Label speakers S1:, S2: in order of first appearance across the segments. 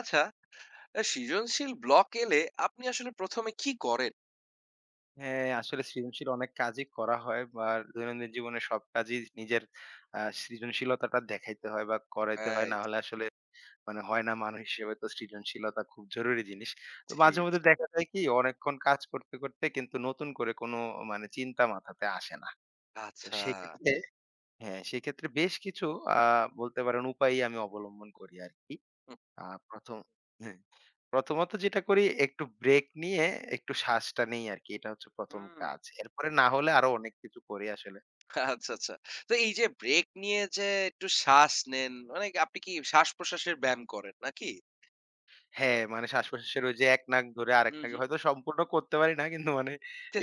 S1: আচ্ছা, আ সৃজনশীল ব্লক এলে আপনি আসলে ১ম এ কি করেন?
S2: হ্যাঁ, আসলে সৃজনশীল অনেক কাজই করা হয় বা দৈনন্দিন জীবনে সব কাজই নিজের সৃজনশীলতাটা দেখাইতে হয় বা করাইতে হয়। না
S1: রাইট,
S2: হলে আসলে মানে হয় না, মানুষ হিসেবে তো সৃজনশীলতা খুব জরুরি জিনিস। তো
S1: জি,
S2: মাঝে
S1: জি।
S2: মধ্যে দেখা যায় কি, অনেকক্ষণ কাজ করতে, করতে কিন্তু নতুন করে কোনো মানে চিন্তা মাথাতে আসে না। তো
S1: আচ্ছা।
S2: সেক্ষেত্রে হ্যাঁ, সেক্ষেত্রে বেশ কিছু আ বলতে পারেন উপায়ই আমি অবলম্বন করি আরকি।
S1: হুম,
S2: আ ১ম হ্যাঁ, প্রথমত যেটা করি একটু ব্রেক নিয়ে একটু শ্বাসটা নেই আরকি। এটা হচ্ছে ১ম
S1: হুম।
S2: কাজ। এরপরে না হলে আরো অনেক কিছু করি আসলে।
S1: আচ্ছা, আচ্ছা। তো এই যে ব্রেক নিয়ে যে একটু শ্বাস নেন, মানে আপনি কি শ্বাস-প্রশ্বাসের ব্যায়াম করেন নাকি?
S2: হ্যাঁ, মানে শ্বাস-প্রশ্বাসের ওই যে এক নাক ধরে আরেক
S1: হুম,
S2: নাকে
S1: হুম।
S2: হয়তো সম্পূর্ণ করতে পারি না। কিন্তু মানে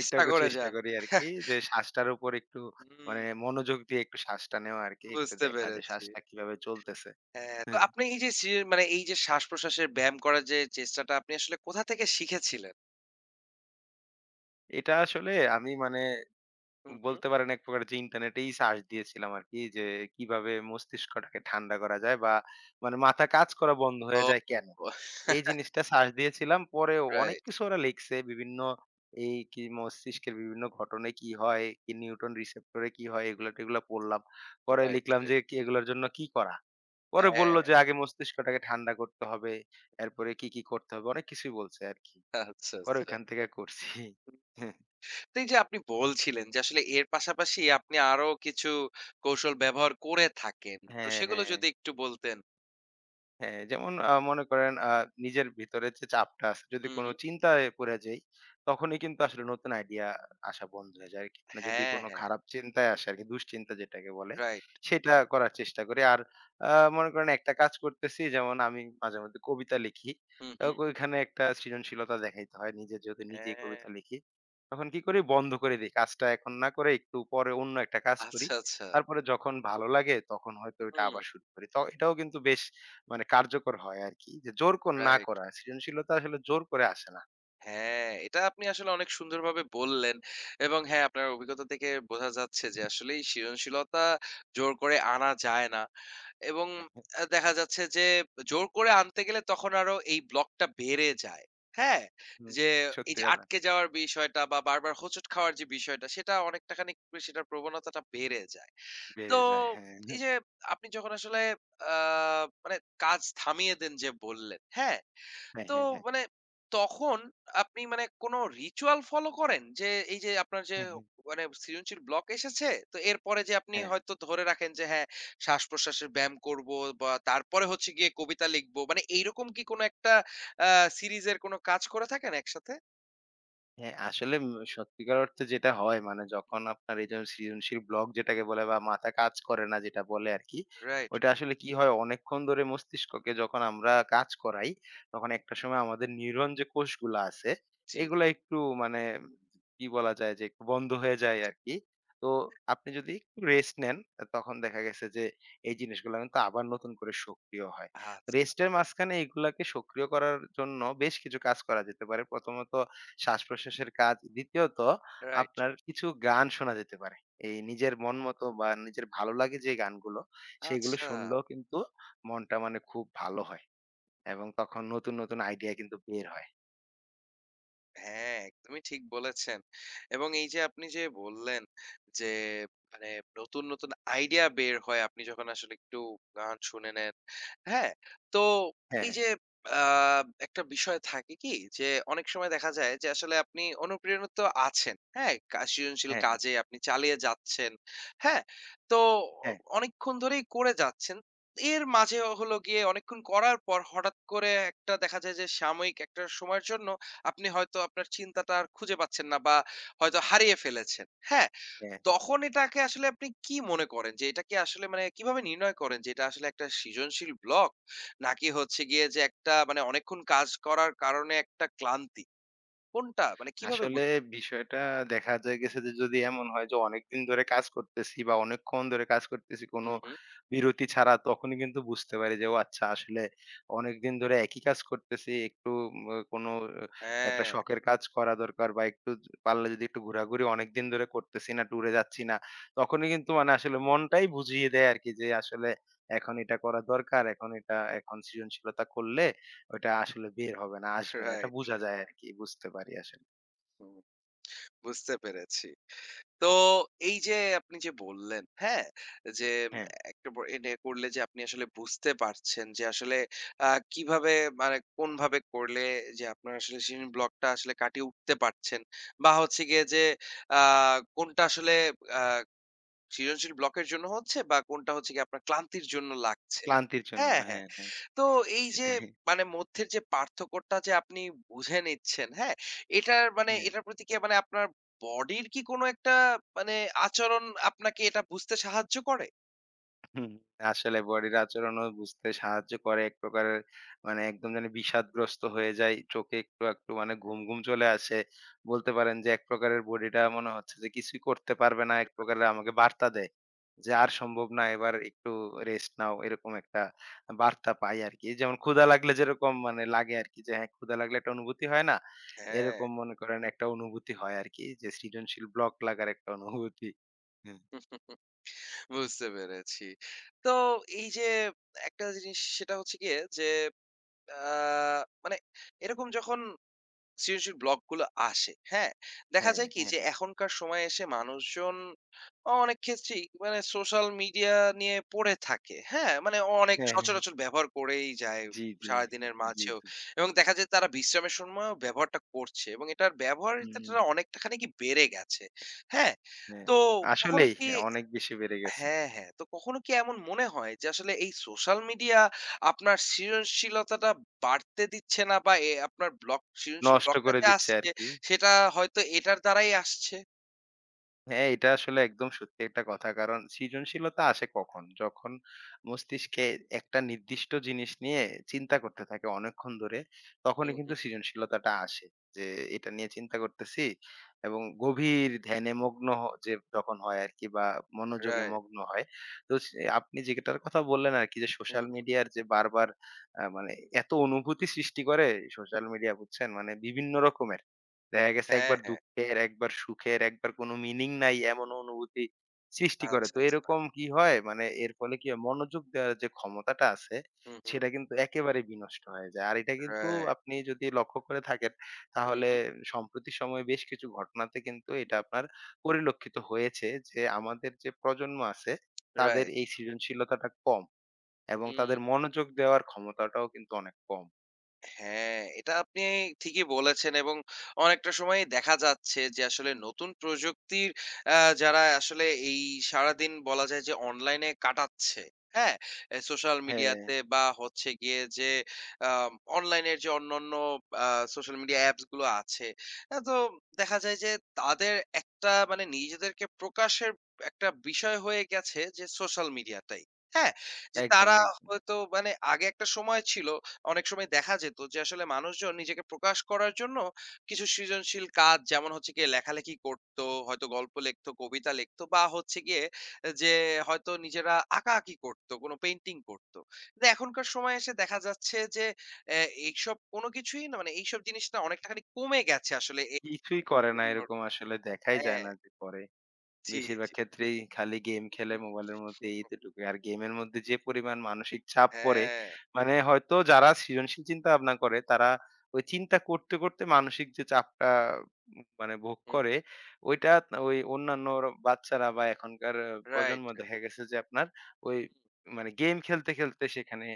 S2: একটু, একটু
S1: করে
S2: চেষ্টা
S1: যান।
S2: করি আরকি যে শ্বাসটার উপর একটু
S1: হুম,
S2: মানে মনোযোগ দিয়ে একটু শ্বাসটা নেওয়া আরকি। একটু
S1: বুঝতে
S2: দেখা যে
S1: পেরেছি।
S2: শ্বাসটা কিভাবে চলতেছে।
S1: হ্যাঁ, তো
S2: হ্যাঁ,
S1: আপনি এই যে সৃ মানে এই যে শ্বাস-প্রশ্বাসের ব্যায়াম করার যে চেষ্টাটা আপনি আসলে কোথা থেকে শিখেছিলেন?
S2: এটা আসলে আমি মানে
S1: হুম, হুম।
S2: বলতে পারেন এক প্রকার, যে ইন্টারনেটেই সার্চ দিয়েছিলাম আরকি, যে কিভাবে মস্তিষ্কটাকে ঠান্ডা করা যায় বা মানে মাথা কাজ করা বন্ধ হয়ে
S1: ও
S2: যায় কেন? এই জিনিসটা সার্চ দিয়েছিলাম। পরে অনেক
S1: রাইট,
S2: কিছু ওরা লিখছে, বিভিন্ন এই কি মস্তিষ্কের বিভিন্ন ঘটনায় কি হয়, কি নিউটন রিসেপ্টরে কি হয়, এগুলা-টেগুলা পড়লাম। পরে
S1: রাইট,
S2: লিখলাম যে
S1: রাইট।
S2: কি এগুলোর জন্য কি করা? পরে
S1: হ্যাঁ,
S2: বলল যে আগে মস্তিষ্কটাকে ঠান্ডা করতে হবে। এরপরে কি, কি করতে হবে? অনেক কিছুই বলছে আরকি।
S1: আচ্ছা,
S2: পরে
S1: আচ্ছা।
S2: ওইখান থেকে করছি।
S1: তো এই যে আপনি বলছিলেন যে আসলে এর পাশাপাশি আপনি আরো কিছু কৌশল ব্যবহার করে থাকেন। তো
S2: হ্যাঁ,
S1: সেগুলো
S2: হ্যাঁ।
S1: যদি একটু বলতেন।
S2: হ্যাঁ, যেমন মনে করেন নিজের ভিতরে যে চাপটা আছে, যদি
S1: হুম,
S2: কোন
S1: হুম।
S2: চিন্তায় পড়ে যাই, তখনই কিন্তু আসলে নতুন আইডিয়া আসা বন্ধ হয়ে যায় আরকি। না, যদি
S1: হ্যাঁ,
S2: কোন
S1: হ্যাঁ।
S2: খারাপ চিন্তায় আসে আরকি, দুশ্চিন্তা যেটাকে বলে,
S1: রাইট।
S2: সেটা করার চেষ্টা করি। আর আ মনে করেন একটা কাজ করতেছি, যেমন আমি মাঝে মধ্যে কবিতা লিখি।
S1: হুম,
S2: তো
S1: হুম।
S2: ওইখানে একটা সৃজনশীলতা দেখাইতে হয়। নিজে যেহেতু নিজেই
S1: হ্যাঁ।
S2: কবিতা লিখি, তখন কি করি? বন্ধ করে দেই। কাজটা এখন না করে একটু পরে অন্য একটা কাজ করি।
S1: আচ্ছা, আচ্ছা।
S2: তারপরে যখন ভালো লাগে, তখন হয়তো ওইটা
S1: হুম,
S2: আবার শুরু করি। তো এটাও কিন্তু বেশ মানে কার্যকর হয় আরকি। যে জোর কর না
S1: রাইট।
S2: করা। সৃজনশীলতা আসলে জোর করে আসে না।
S1: হ্যাঁ, এটা আপনি আসলে অনেক সুন্দরভাবে বললেন এবং হ্যাঁ, আপনার অভিজ্ঞতা থেকে বোঝা যাচ্ছে যে আসলেই সৃজনশীলতা জোর করে আনা যায় না। এবং
S2: হ্যাঁ, হ্যাঁ।
S1: দেখা যাচ্ছে যে জোর করে আনতে গেলে তখন আরো এই ব্লকটা বেড়ে যায়। হ্যাঁ?
S2: হুম।
S1: যে এই
S2: সত্যি
S1: যে
S2: কথা।
S1: আটকে যাওয়ার বিষয়টা বা বারবার হোঁচট খাওয়ার যে বিষয়টা সেটা অনেকটা খানিক সেটার প্রবণতাটা বেড়ে যায়। তো
S2: বেড়ে যায়। হ্যাঁ।
S1: এই যে আপনি যখন আসলে আ মানে কাজ থামিয়ে দেন যে বললেন, হ্যাঁ?
S2: হ্যাঁ,
S1: তো
S2: হ্যাঁ, হ্যাঁ।
S1: মানে তখন আপনি মানে কোনো রিচুয়াল ফলো করেন? যে এই যে আপনার যে
S2: হ্যাঁ, হ্যাঁ।
S1: মানে সৃজনশীল ব্লক এসেছে, তো এরপরে যে আপনি
S2: হ্যাঁ।
S1: হয়তো ধরে রাখেন যে হ্যাঁ, শ্বাস-প্রশ্বাসের ব্যায়াম করব বা তারপরে হচ্ছে গিয়ে কবিতা লিখব। মানে এইরকম কি কোনো একটা আ সিরিজের কোনো কাজ করে থাকেন একসাথে?
S2: হ্যাঁ, আসলে সত্যিকার অর্থে যেটা হয় মানে যখন আপনার এই যে সৃজনশীল ব্লক যেটাকে বলে বা মাথা কাজ করে না যেটা বলে আরকি।
S1: রাইট,
S2: ওইটা
S1: রাইট।
S2: আসলে কি হয়, অনেকক্ষণ ধরে মস্তিষ্ককে যখন আমরা কাজ করাই, তখন একটা সময় আমাদের নিউরন যে কোষগুলা আছে,
S1: জি।
S2: এগুলা একটু মানে কি বলা যায়, যে একটু বন্ধ হয়ে যায় আরকি। তো আপনি যদি একটু রেস্ট নেন, তখন দেখা গেছে যে এই জিনিসগুলা কিন্তু আবার নতুন করে সক্রিয় হয়।
S1: আচ্ছা।
S2: রেস্টের মাঝখানে এগুলাকে সক্রিয় করার জন্য বেশ কিছু কাজ করা যেতে পারে। প্রথমত শ্বাসপ্রশ্বাসের কাজ। দ্বিতীয়ত
S1: রাইট,
S2: আপনার
S1: রাইট।
S2: কিছু গান শোনা যেতে পারে। এই নিজের মন মতো বা নিজের ভালো লাগে যে গানগুলো, সেগুলো
S1: আচ্ছা।
S2: শুনলেও কিন্তু মনটা মানে খুব ভালো হয় এবং তখন নতুন, নতুন আইডিয়া কিন্তু বের হয়।
S1: হ্যাঁ, একদমই ঠিক বলেছেন। এবং এই যে আপনি যে বললেন যে মানে নতুন, নতুন আইডিয়া বের হয় আপনি যখন আসলে একটু গান শুনে নেন। হ্যাঁ? তো
S2: হ্যাঁ,
S1: এই
S2: হ্যাঁ,
S1: যে আ একটা বিষয় থাকে কি যে অনেক সময় দেখা যায় যে আসলে আপনি অনুপ্রেরিত আছেন। হ্যাঁ? সৃজনশীল
S2: হ্যাঁ,
S1: কাজে আপনি চালিয়ে যাচ্ছেন। হ্যাঁ? তো
S2: হ্যাঁ,
S1: অনেকক্ষণ ধরেই করে যাচ্ছেন। এর মাঝে হলো গিয়ে অনেকক্ষণ করার পর হঠাৎ করে একটা দেখা যায় যে সাময়িক একটা সময়ের জন্য আপনি হয়তো আপনার চিন্তাটা আর খুঁজে পাচ্ছেন না বা হয়তো হারিয়ে ফেলেছেন। হ্যাঁ?
S2: হ্যাঁ।
S1: তখন এটাকে আসলে আপনি কি মনে করেন যে এটা কি আসলে মানে কিভাবে নির্ণয় করেন যে এটা আসলে একটা সৃজনশীল ব্লক নাকি হচ্ছে গিয়ে যে একটা মানে অনেকক্ষণ কাজ করার কারণে একটা ক্লান্তি? কোনটা? মানে কিভাবে
S2: আসলে
S1: বুঝেন?
S2: বিষয়টা দেখা যায় গেছে, যে যদি এমন হয় যে অনেকদিন ধরে কাজ করতেছি বা অনেকক্ষণ ধরে কাজ করতেছি কোনো
S1: হুম, হুম।
S2: বিরতি ছাড়া, তখনই কিন্তু বুঝতে পারি যে ও আচ্ছা, আসলে অনেকদিন ধরে একই কাজ করতেছি, একটু উম, কোনো আহ, একটা
S1: হ্যাঁ,
S2: শখের কাজ করা দরকার, বা একটু পারলে যদি একটু ঘোরাঘুরি, অনেকদিন ধরে করতেছি না, ট্যুরে যাচ্ছি না, তখনই কিন্তু মানে আসলে মনটাই বুঝিয়ে দেয় আর কি, যে আসলে এখন এটা করা দরকার, এখন এটা, এখন সৃজনশীলতা করলে ওটা আসলে বের হবে না, আসবে না, এটা
S1: রাইট,
S2: বোঝা
S1: রাইট।
S2: যায় আর কি, বুঝতে পারি আসলে।
S1: হুম। বুঝতে পেরেছি। তো এই যে আপনি যে বললেন, হ্যাঁ? যে
S2: হ্যাঁ,
S1: একটা ব এটা করলে যে আপনি আসলে বুঝতে পারছেন যে আসলে আ কিভাবে মানে কোনভাবে করলে যে আপনার আসলে সেদিন ব্লকটা আসলে কাটিয়ে উঠতে পারছেন। বা হচ্ছে গিয়ে যে আ কোনটা আসলে আ সৃজনশীল ব্লকের জন্য হচ্ছে বা কোনটা হচ্ছে গিয়ে আপনার ক্লান্তির জন্য লাগছে।
S2: ক্লান্তির জন্য।
S1: হ্যাঁ, হ্যাঁ।
S2: হ্যাঁ, হ্যাঁ।
S1: তো এই যে
S2: সেটাই।
S1: মানে মধ্যের যে পার্থক্যটা যে আপনি বুঝে নিচ্ছেন, হ্যাঁ? এটার মানে
S2: হ্যাঁ,
S1: এটার প্রতি কি মানে আপনার বডির কি কোনো একটা মানে আচরণ আপনাকে এটা বুঝতে সাহায্য করে?
S2: হুম, আসলে বডির আচরণও বুঝতে সাহায্য করে এক প্রকারের। মানে একদম যেন বিষাদগ্রস্ত হয়ে যায়। চোখে একটু, একটু মানে ঘুম, ঘুম চলে আসে। বলতে পারেন যে এক প্রকারের বডিটা মনে হচ্ছে যে কিছুই করতে পারবে না। এক প্রকারের আমাকে বার্তা দেয় যে, "আর সম্ভব না, এবার একটু রেস্ট নাও।" এরকম একটা বার্তা পাই আরকি। যেমন ক্ষুধা লাগলে যেরকম মানে লাগে আরকি, যে হ্যাঁ, ক্ষুধা লাগলে একটা অনুভূতি হয় না?
S1: হ্যাঁ,
S2: এরকম মনে করেন একটা অনুভূতি হয় আরকি, যে সৃজনশীল ব্লক লাগার একটা অনুভূতি। হুম।
S1: বুঝতে পেরেছি। তো এই যে একটা জিনিস সেটা হচ্ছে গিয়ে যে আ মানে এরকম যখন সৃজনশীল ব্লক গুলো আসে। হ্যাঁ? দেখা
S2: হ্যাঁ,
S1: যায় কি
S2: হ্যাঁ,
S1: যে
S2: হ্যাঁ।
S1: এখনকার সময়ে এসে মানুষজন অনেক ক্ষেত্রেই মানে সোশ্যাল মিডিয়া নিয়ে পড়ে থাকে। হ্যাঁ? মানে অনেক
S2: হ্যাঁ,
S1: সচরাচর
S2: হ্যাঁ।
S1: ব্যবহার করেই যায়
S2: জি, জি,
S1: সারাদিনের
S2: জি,
S1: মাঝেও।
S2: জি।
S1: এবং দেখা যায় তারা বিশ্রামের সময়ও ব্যবহারটা করছে এবং এটার
S2: হুম,
S1: ব্যবহারিতাটা অনেকটা খানি বেড়ে গেছে। হ্যাঁ?
S2: হ্যাঁ।
S1: তো কখনো
S2: আসলেই
S1: কি
S2: অনেক বেশি বেড়ে গেছে।
S1: হ্যাঁ, হ্যাঁ। তো কখনো কি এমন মনে হয় যে আসলে এই সোশ্যাল মিডিয়া আপনার সৃজনশীলতাটা বাড়তে দিচ্ছে না বা আপনার ব্লক সৃজনশীল
S2: নষ্ট
S1: ব্লকটা
S2: করে
S1: যে
S2: দিচ্ছে
S1: আসছে
S2: আরকি।
S1: সেটা হয়তো এটার দ্বারাই আসছে?
S2: হ্যাঁ, এটা আসলে একদম সত্যি একটা কথা। কারণ সৃজনশীলতা আসে কখন? যখন মস্তিষ্কে একটা নির্দিষ্ট জিনিস নিয়ে চিন্তা করতে থাকে অনেকক্ষণ ধরে, তখনই
S1: হুম,
S2: কিন্তু
S1: হুম।
S2: সৃজনশীলতাটা আসে। যে এটা নিয়ে চিন্তা করতেছি এবং গভীর ধ্যানে মগ্ন যে যখন হয় আরকি, বা মনোযোগে
S1: রাইট।
S2: মগ্ন হয়। তো স আপনি যেটার কথা বললেন আরকি, যে
S1: হুম,
S2: সোশ্যাল
S1: হুম।
S2: মিডিয়ার যে বারবার মানে এত অনুভূতি সৃষ্টি করে সোশ্যাল মিডিয়া, বুঝছেন? মানে বিভিন্ন রকমের। দেখা গেছে
S1: হ্যাঁ,
S2: একবার
S1: হ্যাঁ।
S2: দুঃখের, একবার সুখের, একবার কোনো meaning নাই, এমন অনুভূতি সৃষ্টি করে।
S1: আচ্ছা,
S2: তো
S1: আচ্ছা।
S2: এরকম কি হয়? মানে এর ফলে কি হয়? মনোযোগ দেওয়ার যে ক্ষমতাটা আছে,
S1: হুম, হুম।
S2: সেটা কিন্তু একেবারে বিনষ্ট হয়ে যায়। আর এটা কিন্তু
S1: রাইট।
S2: আপনি যদি লক্ষ্য করে থাকেন,
S1: হুম,
S2: তাহলে
S1: হুম।
S2: সম্প্রতি সময়ে বেশ কিছু ঘটনাতে কিন্তু এটা আপনার পরিলক্ষিত হয়েছে, যে আমাদের যে প্রজন্ম আছে, তাদের
S1: রাইট।
S2: এই সৃজনশীলতাটা কম এবং
S1: হুম।
S2: তাদের মনোযোগ দেওয়ার ক্ষমতাটাও কিন্তু অনেক কম।
S1: হ্যাঁ, এটা আপনি ঠিকই বলেছেন এবং অনেকটা সময়ই দেখা যাচ্ছে যে আসলে নতুন প্রযুক্তির আ যারা আসলে এই সারাদিন বলা যায় যে অনলাইনে কাটাচ্ছে, হ্যাঁ? সোশ্যাল
S2: হ্যাঁ,
S1: মিডিয়াতে বা হচ্ছে গিয়ে যে আম অনলাইনের যে অন্যান্য আ সোশ্যাল মিডিয়া অ্যাপস গুলো আছে, তো দেখা যায় যে তাদের একটা মানে নিজেদেরকে প্রকাশের একটা বিষয় হয়ে গেছে যে সোশ্যাল মিডিয়াটাই। হ্যাঁ? যে
S2: একদম,
S1: তারা
S2: এক
S1: হয়তো মানে আগে একটা সময় ছিল অনেক সময় দেখা যেত যে আসলে মানুষজন নিজেকে প্রকাশ করার জন্য কিছু সৃজনশীল কাজ যেমন হচ্ছে গিয়ে লেখালেখি করত, হয়তো গল্প লিখত, কবিতা লিখত বা হচ্ছে গিয়ে যে হয়তো নিজেরা আঁকাআঁকি করত, কোনো পেইন্টিং করত। কিন্তু এখনকার সময়ে এসে দেখা যাচ্ছে যে এ এইসব কোনো কিছুই না মানে এইসব জিনিসটা অনেকটা খানি কমে গেছে আসলে এ
S2: কিছুই করে না, এরকম আসলে দেখাই যায়
S1: হ্যাঁ,
S2: না, যে করে।
S1: জি,
S2: বেশিরভাগ
S1: জি।
S2: ক্ষেত্রেই খালি গেম
S1: হুম,
S2: খেলে মোবাইলের মধ্যে, এতটুকু। আর গেমের মধ্যে যে পরিমাণ মানসিক চাপ পড়ে,
S1: হ্যাঁ,
S2: মানে হয়তো যারা সৃজনশীল চিন্তা ভাবনা করে তারা ওই চিন্তা করতে, করতে মানসিক যে চাপটা মানে ভোগ করে,
S1: হুম,
S2: ওইটা ওই অন্যান্য বাচ্চারা বা এখনকার
S1: রাইট,
S2: প্রজন্ম
S1: রাইট,
S2: দেখা গেছে যে আপনার ওই
S1: হুম,
S2: মানে গেম খেলতে, খেলতে সেখানে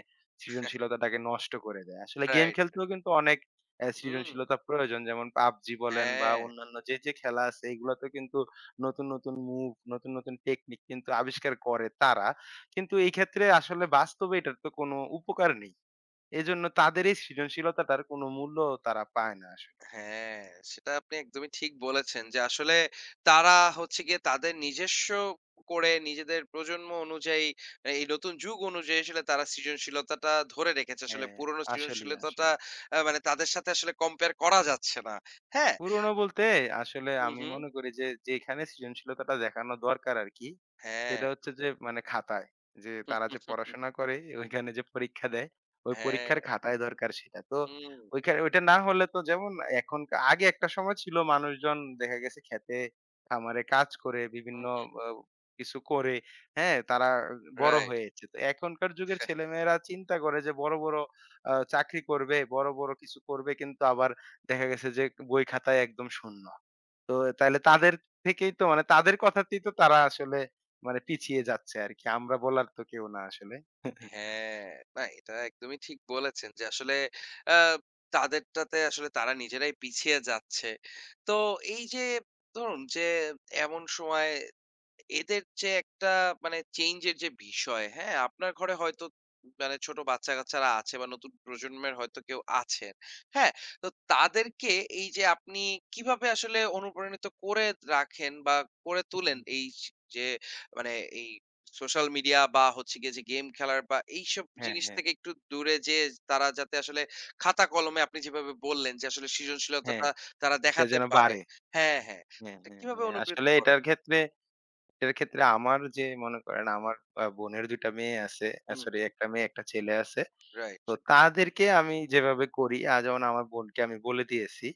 S2: সৃজনশীলতাটাকে নষ্ট করে দেয়।
S1: রাইট,
S2: আসলে গেম
S1: রাইট,
S2: খেলতেও কিন্তু অনেক
S1: হুম,
S2: সৃজনশীলতা প্রয়োজন। যেমন PUBG বলেন বা
S1: হ্যাঁ।
S2: অন্যান্য যে, যে খেলা আছে এগুলাতে কিন্তু নতুন, নতুন মুভ, নতুন, নতুন টেকনিক কিন্তু আবিষ্কার করে তারা। কিন্তু এই ক্ষেত্রে আসলে বাস্তবে এটার তো কোনো উপকার নেই। এজন্য তাদের এই সৃজনশীলতাটার কোনো মূল্য তারা পায় না আসলে।
S1: হ্যাঁ, সেটা আপনি একদমই ঠিক বলেছেন যে আসলে তারা হচ্ছে গিয়ে তাদের নিজস্ব করে নিজেদের প্রজন্ম অনুযায়ী এই নতুন যুগ অনুযায়ী আসলে তারা সৃজনশীলতাটা ধরে রেখেছে। আসলে
S2: হ্যাঁ,
S1: পুরনো
S2: আসলেই,
S1: সৃজনশীলতাটা
S2: আসলেই।
S1: মানে তাদের সাথে আসলে কম্পেয়ার করা যাচ্ছে না। হ্যাঁ?
S2: পুরোনো বলতে আসলে
S1: হু,
S2: আমি
S1: হু।
S2: মনে করি যে, যেখানে সৃজনশীলতাটা দেখানো দরকার আরকি।
S1: হ্যাঁ।
S2: সেটা হচ্ছে যে মানে খাতায়। যে তারা যে পড়াশোনা করে ওইখানে যে পরীক্ষা দেয়, ওই
S1: হ্যাঁ।
S2: পরীক্ষার খাতায় দরকার সেটা। তো
S1: হুম,
S2: ওইখানে ওইটা না হলে তো, যেমন এখন, আগে একটা সময় ছিল মানুষজন দেখা গেছে খেতে খামারে কাজ করে বিভিন্ন
S1: হুম।
S2: আ কিছু করে, হ্যাঁ? তারা বড়
S1: রাইট।
S2: হয়েছে। তো এখনকার যুগের ছেলেমেয়েরা চিন্তা করে যে বড়, বড় চাকরি করবে, বড়, বড় কিছু করবে, কিন্তু আবার দেখা গেছে যে বই খাতায় একদম শূন্য। তো তাইলে তাদের থেকেই তো মানে তাদের কথাতেই তো তারা আসলে মানে পিছিয়ে যাচ্ছে আরকি। আমরা বলার তো কেউ না আসলে।
S1: হ্যাঁ, না এটা একদমই ঠিক বলেছেন যে আসলে অ্যা তাদেরটাতে আসলে তারা নিজেরাই পিছিয়ে যাচ্ছে। তো এই যে ধরুন যে এমন সময় এদের যে একটা মানে চেঞ্জ এর যে বিষয়, হ্যাঁ? আপনার ঘরে হয়তো মানে ছোট বাচ্চা-কাচ্চারা আছে বা নতুন প্রজন্মের হয়তো কেউ আছেন। হ্যাঁ? তো তাদেরকে এই যে আপনি কিভাবে আসলে অনুপ্রাণিত করে রাখেন বা করে
S2: হুম,
S1: তোলেন
S2: হুম।
S1: এই স যে মানে এই সোশ্যাল মিডিয়া বা হচ্ছে গিয়ে যে গেম খেলার বা এইসব
S2: হ্যাঁ,
S1: জিনিস
S2: হ্যাঁ,
S1: থেকে একটু দূরে যেয়ে তারা যাতে আসলে খাতা কলমে আপনি যেভাবে বললেন যে আসলে
S2: হ্যাঁ।
S1: সৃজনশীলতাটা তারা
S2: এটা
S1: দেখাতে
S2: যেন
S1: পারে।
S2: বাড়ে।
S1: হ্যাঁ, হ্যাঁ।
S2: হ্যাঁ,
S1: তো
S2: হ্যাঁ,
S1: কিভাবে
S2: হ্যাঁ।
S1: অনুপ্রেরিত
S2: আসলে
S1: করেন?
S2: এটার ক্ষেত্রে এটার ক্ষেত্রে আমার যে মনে করেন আমার বোনের ২ টা মেয়ে আছে।
S1: হুম,
S2: সরি,
S1: হুম।
S2: ১ টা মেয়ে ১ টা ছেলে আছে।
S1: রাইট।
S2: তো তাদেরকে আমি যেভাবে করি, যেমন আমার বোনকে আমি বলে দিয়েছি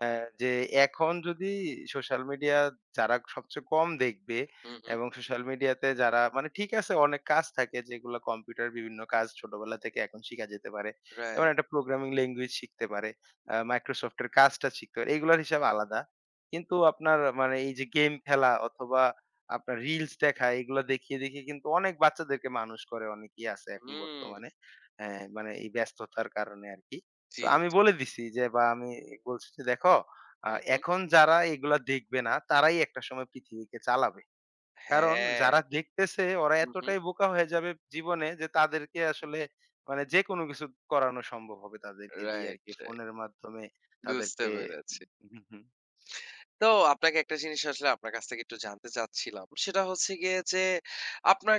S2: অ্যা যে, "এখন যদি সোশ্যাল মিডিয়া যারা সবচেয়ে কম দেখবে
S1: হুম, হুম।
S2: এবং সোশ্যাল মিডিয়াতে যারা" মানে ঠিক আছে, অনেক কাজ থাকে যেগুলো কম্পিউটার, বিভিন্ন কাজ ছোটবেলা থেকে এখন শিখা যেতে পারে। যেমন
S1: রাইট।
S2: একটা প্রোগ্রামিং ল্যাঙ্গুয়েজ শিখতে পারে, Microsoft এর কাজটা শিখতে পারে। এগুলার হিসাব আলাদা। কিন্তু আপনার মানে এই যে গেম খেলা অথবা আপনার রিলস দেখা, এগুলো দেখিয়ে, দেখিয়ে কিন্তু অনেক বাচ্চাদেরকে মানুষ করে, অনেকেই আছে এখন
S1: হুম।
S2: বর্তমানে। হ্যাঁ, মানে এই ব্যস্ততার কারণে আরকি।
S1: জি,
S2: তো আমি
S1: জি।
S2: বলে দিছি যে, বা আমি বলছি যে, "দেখো আ
S1: হুম, হুম।
S2: এখন যারা এগুলা দেখবে না, তারাই একটা সময় পৃথিবীকে চালাবে। কারণ
S1: হ্যাঁ।
S2: যারা দেখতেছে ওরা
S1: হুম, হুম।
S2: এতটাই বোকা হয়ে যাবে জীবনে, যে তাদেরকে আসলে মানে যেকোনো কিছু করানো সম্ভব হবে তাদেরকে দিয়ে
S1: রাইট,
S2: আরকি।
S1: রাইট।
S2: ফোনের মাধ্যমে
S1: বুঝতে
S2: তাদেরকে।"
S1: পেরেছি।
S2: হুম, হুম।
S1: তো আপনাকে একটা জিনিস আসলে আপনার কাছ থেকে একটু জানতে চাচ্ছিলাম। সেটা হচ্ছে গিয়ে যে আপনার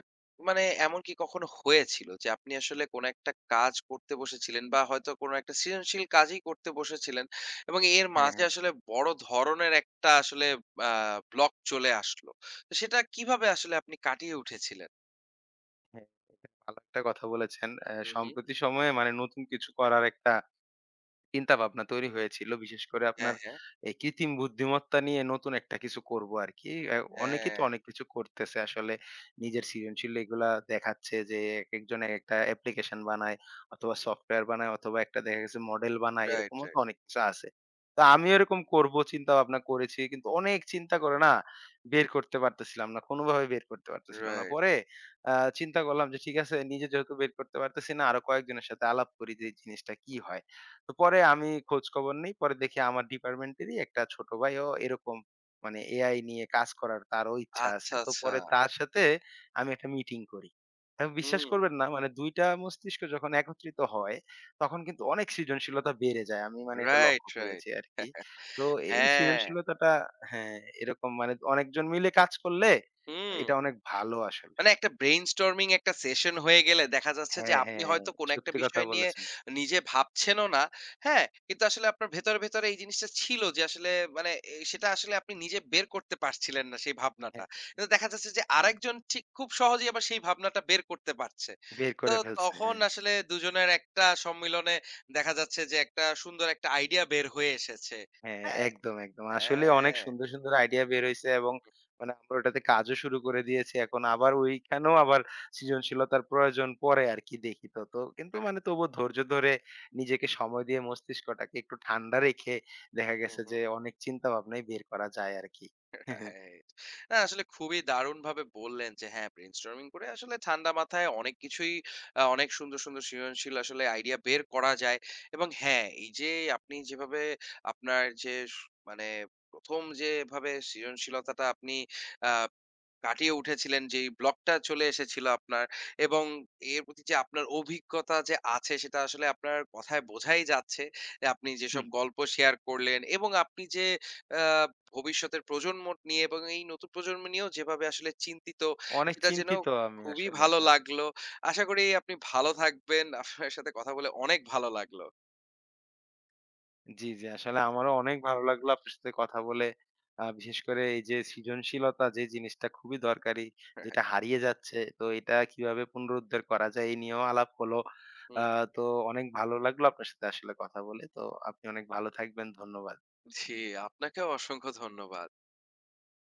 S1: মানে এমন কি কখনো হয়েছিল যে আপনি আসলে কোন একটা কাজ করতে বসেছিলেন বা হয়তো কোন একটা সৃজনশীল কাজই করতে বসেছিলেন এবং এর
S2: হ্যাঁ,
S1: মাঝে
S2: হ্যাঁ,
S1: আসলে বড় ধরনের একটা আসলে আ ব্লক চলে আসলো। তো সেটা কিভাবে আসলে আপনি কাটিয়ে উঠেছিলেন?
S2: হ্যাঁ। ভালো একটা কথা বলেছেন।
S1: হুম, হুম।
S2: সম্প্রতি সময়ে মানে নতুন কিছু করার একটা চিন্তাভাবনা তৈরি হয়েছিল। বিশেষ করে
S1: হ্যাঁ,
S2: আপনার
S1: হ্যাঁ।
S2: এই কৃত্রিম বুদ্ধিমত্তা নিয়ে নতুন একটা কিছু করব আরকি। অনেকেই
S1: হ্যাঁ।
S2: তো অনেক কিছু করতেছে আসলে। নিজের সৃজনশীল এগুলা দেখাচ্ছে, যে একেকজন একেকটা অ্যাপ্লিকেশন বানায় অথবা সফটওয়্যার বানায় অথবা একটা দেখা গেছে মডেল বানায়,
S1: রাইট,
S2: এরকমও তো
S1: রাইট।
S2: অনেক কিছু আছে। তো আমিও এরকম করব চিন্তা ভাবনা করেছি। কিন্তু অনেক চিন্তা করে না বের করতে পারতেছিলাম না। কোনোভাবে বের করতে পারতেছিলাম না।
S1: রাইট।
S2: পরে আ চিন্তা করলাম যে ঠিক আছে, নিজে যেহেতু বের করতে পারতেছি না, আরো কয়েকজনের সাথে আলাপ করি, যে এই জিনিসটা কি হয়? তো পরে আমি খোঁজ খবর নেই। পরে দেখি আমার ডিপার্টমেন্টেরই একটা ছোট ভাইও এরকম মানে এআই নিয়ে কাজ করার তারও ইচ্ছা
S1: আচ্ছা,
S2: আছে। তো
S1: আচ্ছা।
S2: পরে তার সাথে আমি একটা মিটিং করি। এখন বিশ্বাস
S1: হুম।
S2: করবেন না, মানে ২ টা মস্তিষ্ক যখন একত্রিত হয়, তখন কিন্তু অনেক সৃজনশীলতা বেড়ে যায়। আমি মানে এটা
S1: রাইট,
S2: লক্ষ্য
S1: রাইট।
S2: করেছি আরকি। তো এই
S1: হ্যাঁ।
S2: সৃজনশীলতাটা, হ্যাঁ, এরকম মানে অনেকজন মিলে কাজ করলে
S1: হুম।
S2: এটা অনেক ভালো আসলে।
S1: মানে একটা ব্রেইনস্টর্মিং একটা সেশন হয়ে গেলে দেখা যাচ্ছে যে
S2: হ্যাঁ,
S1: আপনি
S2: হ্যাঁ।
S1: হয়তো কোন একটা
S2: সত্যি কথা
S1: বিষয় নিয়ে
S2: বলেছেন।
S1: নিজে ভাবছেনও না। হ্যাঁ? কিন্তু আসলে আপনার ভেতরে, ভেতরে এই জিনিসটা ছিল যে আসলে মানে এ সেটা আসলে আপনি নিজে বের করতে পারছিলেন না সেই ভাবনাটা।
S2: হ্যাঁ,
S1: কিন্তু দেখা যাচ্ছে যে
S2: হ্যাঁ।
S1: আরেকজন ঠিক খুব সহজেই আবার সেই ভাবনাটা বের করতে পারছে।
S2: বের
S1: তো
S2: করে ফেলছে।
S1: তখন
S2: হ্যাঁ।
S1: আসলে দুজনের একটা সম্মিলনে দেখা যাচ্ছে যে একটা সুন্দর একটা আইডিয়া বের হয়ে এসেছে।
S2: হ্যাঁ,
S1: হ্যাঁ?
S2: একদম, একদম। আসলে অনেক
S1: হ্যাঁ।
S2: সুন্দর, সুন্দর আইডিয়া বের হইছে
S1: হু,
S2: এবং
S1: হু।
S2: মানে আমরা ওটাতে কাজও শুরু করে দিয়েছি। এখন আবার ওইখানেও আবার সৃজনশীলতার প্রয়োজন পড়ে আরকি, দেখি তো। তো কিন্তু
S1: হ্যাঁ, হ্যাঁ।
S2: মানে তবুও ধৈর্য ধরে নিজেকে সময় দিয়ে মস্তিষ্কটাকে একটু ঠান্ডা রেখে দেখা
S1: হু,
S2: গেছে
S1: হু।
S2: যে অনেক চিন্তা ভাবনাই বের করা যায় আরকি।
S1: রাইট। না আসলে খুবই দারুণভাবে বললেন যে হ্যাঁ ব্রেইনস্টর্মিং করে আসলে ঠান্ডা মাথায় অনেক কিছুই অনেক সুন্দর, সুন্দর সৃজনশীল আসলে আইডিয়া বের করা যায়। এবং হ্যাঁ, এই যে আপনি যেভাবে আপনার যে মানে ১ম যেভাবে সৃজনশীলতাটা আপনি আ কাটিয়ে উঠেছিলেন, যেই ব্লকটা চলে এসেছিল আপনার এবং এর প্রতি যে আপনার অভিজ্ঞতা যে আছে সেটা আসলে আপনার কথায় বোঝাই যাচ্ছে। যে আপনি যেসব গল্প শেয়ার করলেন এবং আপনি যে আ ভবিষ্যতের প্রজন্ম নিয়ে এবং এই নতুন প্রজন্ম নিয়েও যেভাবে আসলে চিন্তিত
S2: অনেক
S1: সেটা যেন
S2: চিন্তিত আমি
S1: খুবই
S2: আসলে।
S1: ভালো
S2: হ্যাঁ।
S1: লাগলো। আশা করি আপনি ভালো থাকবেন। আপনার সাথে কথা বলে অনেক ভালো লাগলো।
S2: জি, জি। আসলে আমারও অনেক ভালো লাগলো আপনার সাথে কথা বলে। বিশেষ করে এই যে সৃজনশীলতা যে জিনিসটা খুবই দরকারি, যেটা হারিয়ে যাচ্ছে। তো এটা কিভাবে পুনরুদ্ধার করা যায় এই নিয়েও আলাপ হলো। আ
S1: হুম,
S2: তো অনেক ভালো লাগলো আপনার সাথে আসলে কথা বলে। তো আপনি অনেক ভালো থাকবেন। ধন্যবাদ।
S1: জি আপনাকেও অসংখ্য ধন্যবাদ।